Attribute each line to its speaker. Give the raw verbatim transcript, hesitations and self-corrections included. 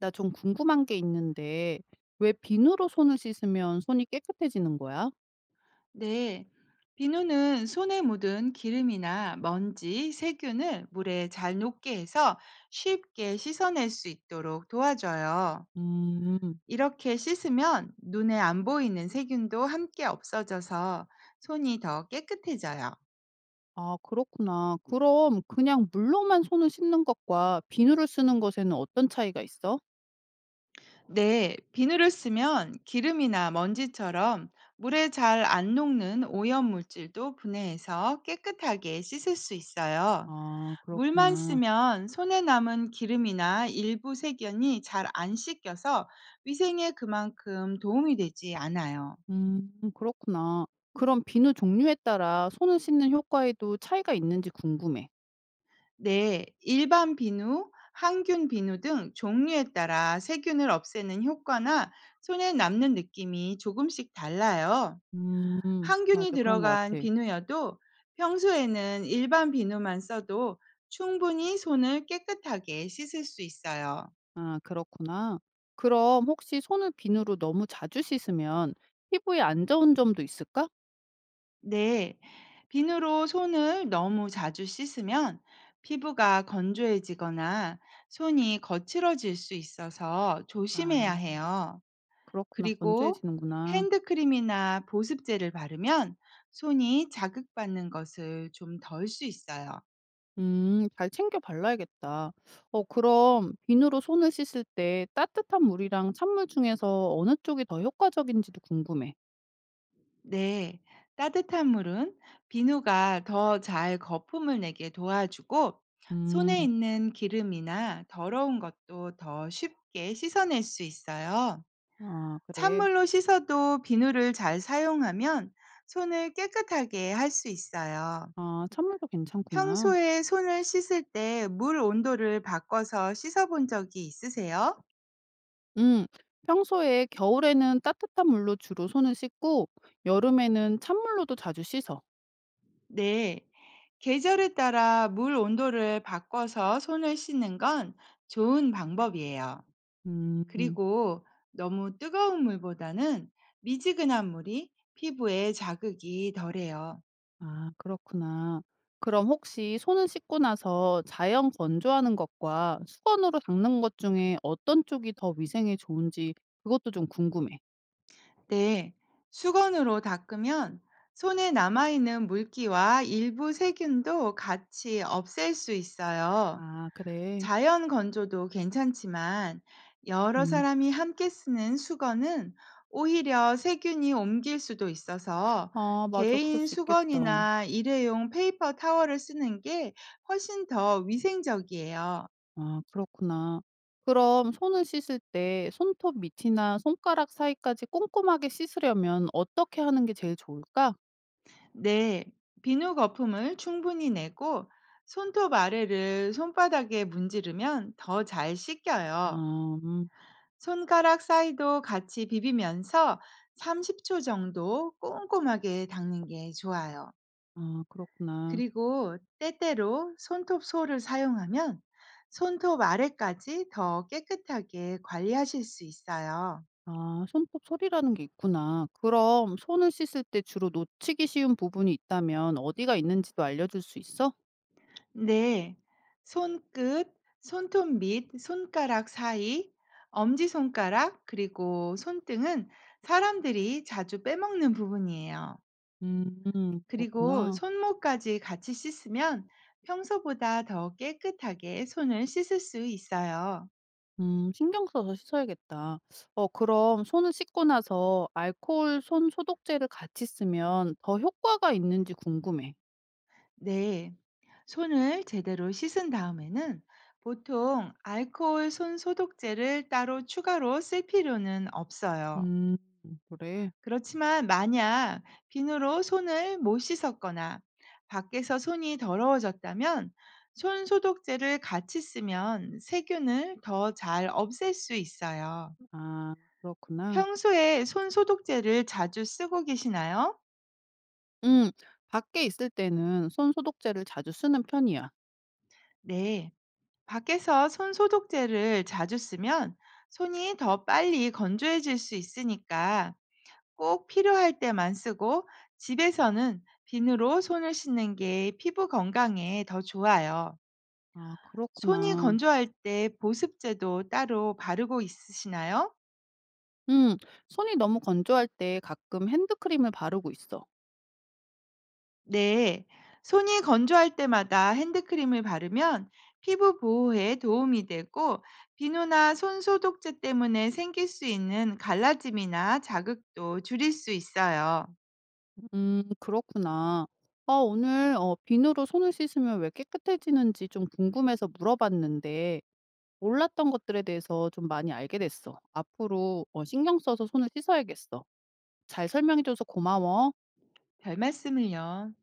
Speaker 1: 나 좀 궁금한 게 있는데 왜 비누로 손을 씻으면 손이 깨끗해지는 거야?
Speaker 2: 네. 비누는 손에 묻은 기름이나 먼지, 세균을 물에 잘 녹게 해서 쉽게 씻어낼 수 있도록 도와줘요.
Speaker 1: 음,
Speaker 2: 이렇게 씻으면 눈에 안 보이는 세균도 함께 없어져서 손이 더 깨끗해져요.
Speaker 1: 아, 그렇구나. 그럼 그냥 물로만 손을 씻는 것과 비누를 쓰는 것에는 어떤 차이가 있어?
Speaker 2: 네, 비누를 쓰면 기름이나 먼지처럼 물에 잘 안 녹는 오염 물질도 분해해서 깨끗하게 씻을 수 있어요.
Speaker 1: 아,
Speaker 2: 물만
Speaker 1: 그렇구나.
Speaker 2: 쓰면 손에 남은 기름이나 일부 세균이 잘 안 씻겨서 위생에 그만큼 도움이 되지 않아요.
Speaker 1: 음, 그렇구나. 그럼 비누 종류에 따라 손을 씻는 효과에도 차이가 있는지 궁금해.
Speaker 2: 네, 일반 비누, 항균 비누 등 종류에 따라 세균을 없애는 효과나 손에 남는 느낌이 조금씩 달라요.
Speaker 1: 음,
Speaker 2: 항균이
Speaker 1: 맞아. 그런 것
Speaker 2: 들어간
Speaker 1: 같아.
Speaker 2: 비누여도 평소에는 일반 비누만 써도 충분히 손을 깨끗하게 씻을 수 있어요.
Speaker 1: 아, 그렇구나. 그럼 혹시 손을 비누로 너무 자주 씻으면 피부에 안 좋은 점도 있을까?
Speaker 2: 네, 비누로 손을 너무 자주 씻으면 피부가 건조해지거나 손이 거칠어질 수 있어서
Speaker 1: 아,
Speaker 2: 조심해야 해요.
Speaker 1: 그렇구나.
Speaker 2: 그리고
Speaker 1: 건조해지는구나.
Speaker 2: 핸드크림이나 보습제를 바르면 손이 자극받는 것을 좀 덜 수 있어요.
Speaker 1: 음, 잘 챙겨 발라야겠다. 어 그럼 비누로 손을 씻을 때 따뜻한 물이랑 찬물 중에서 어느 쪽이 더 효과적인지도 궁금해.
Speaker 2: 네, 따뜻한 물은 비누가 더 잘 거품을 내게 도와주고 손에
Speaker 1: 음.
Speaker 2: 있는 기름이나 더러운 것도 더 쉽게 씻어낼 수 있어요.
Speaker 1: 아, 그래.
Speaker 2: 찬물로 씻어도 비누를 잘 사용하면 손을 깨끗하게 할 수 있어요.
Speaker 1: 아, 찬물도 괜찮구나.
Speaker 2: 평소에 손을 씻을 때 물 온도를 바꿔서 씻어본 적이 있으세요?
Speaker 1: 음. 평소에 겨울에는 따뜻한 물로 주로 손을 씻고 여름에는 찬물로도 자주 씻어.
Speaker 2: 네. 계절에 따라 물 온도를 바꿔서 손을 씻는 건 좋은 방법이에요.
Speaker 1: 음.
Speaker 2: 그리고 너무 뜨거운 물보다는 미지근한 물이 피부에 자극이 덜해요.
Speaker 1: 아, 그렇구나. 그럼 혹시 손을 씻고 나서 자연 건조하는 것과 수건으로 닦는 것 중에 어떤 쪽이 더 위생에 좋은지 그것도 좀 궁금해.
Speaker 2: 네, 수건으로 닦으면 손에 남아있는 물기와 일부 세균도 같이 없앨 수 있어요.
Speaker 1: 아, 그래.
Speaker 2: 자연 건조도 괜찮지만 여러
Speaker 1: 음.
Speaker 2: 사람이 함께 쓰는 수건은 오히려 세균이 옮길 수도 있어서
Speaker 1: 아, 맞아. 그럴
Speaker 2: 개인
Speaker 1: 수 있겠다.
Speaker 2: 수건이나 일회용 페이퍼 타월을 쓰는 게 훨씬 더 위생적이에요.
Speaker 1: 아, 그렇구나. 그럼 손을 씻을 때 손톱 밑이나 손가락 사이까지 꼼꼼하게 씻으려면 어떻게 하는 게 제일 좋을까?
Speaker 2: 네, 비누 거품을 충분히 내고 손톱 아래를 손바닥에 문지르면 더 잘
Speaker 1: 아,
Speaker 2: 씻겨요.
Speaker 1: 음.
Speaker 2: 손가락 사이도 같이 비비면서 삼십 초 정도 꼼꼼하게 닦는 게 좋아요.
Speaker 1: 아, 그렇구나.
Speaker 2: 그리고 때때로 손톱 솔을 사용하면 손톱 아래까지 더 깨끗하게 관리하실 수 있어요.
Speaker 1: 아, 손톱 소리라는 게 있구나. 그럼 손을 씻을 때 주로 놓치기 쉬운 부분이 있다면 어디가 있는지도 알려줄 수 있어?
Speaker 2: 네. 손끝, 손톱 및 손가락 사이, 엄지손가락, 그리고 손등은 사람들이 자주 빼먹는 부분이에요.
Speaker 1: 음,
Speaker 2: 그리고
Speaker 1: 그렇구나.
Speaker 2: 손목까지 같이 씻으면 평소보다 더 깨끗하게 손을 씻을 수 있어요.
Speaker 1: 음, 신경 써서 씻어야겠다. 어 그럼 손을 씻고 나서 알코올 손 소독제를 같이 쓰면 더 효과가 있는지 궁금해.
Speaker 2: 네. 손을 제대로 씻은 다음에는 보통 알코올 손 소독제를 따로 추가로 쓸 필요는 없어요.
Speaker 1: 음, 그래?
Speaker 2: 그렇지만 만약 비누로 손을 못 씻었거나 밖에서 손이 더러워졌다면 손 소독제를 같이 쓰면 세균을 더 잘 없앨 수 있어요.
Speaker 1: 아, 그렇구나.
Speaker 2: 평소에 손 소독제를 자주 쓰고 계시나요?
Speaker 1: 음, 밖에 있을 때는 손 소독제를 자주 쓰는 편이야.
Speaker 2: 네. 밖에서 손 소독제를 자주 쓰면 손이 더 빨리 건조해질 수 있으니까 꼭 필요할 때만 쓰고 집에서는 비누로 손을 씻는 게 피부 건강에 더 좋아요.
Speaker 1: 아,
Speaker 2: 손이
Speaker 1: 그렇구나.
Speaker 2: 건조할 때 보습제도 따로 바르고 있으시나요?
Speaker 1: 음, 손이 너무 건조할 때 가끔 핸드크림을 바르고 있어.
Speaker 2: 네. 손이 건조할 때마다 핸드크림을 바르면 피부 보호에 도움이 되고 비누나 손 소독제 때문에 생길 수 있는 갈라짐이나 자극도 줄일 수 있어요.
Speaker 1: 음, 그렇구나. 아, 오늘 어, 비누로 손을 씻으면 왜 깨끗해지는지 좀 궁금해서 물어봤는데, 몰랐던 것들에 대해서 좀 많이 알게 됐어. 앞으로 어, 신경 써서 손을 씻어야겠어. 잘 설명해줘서 고마워.
Speaker 2: 별 말씀을요.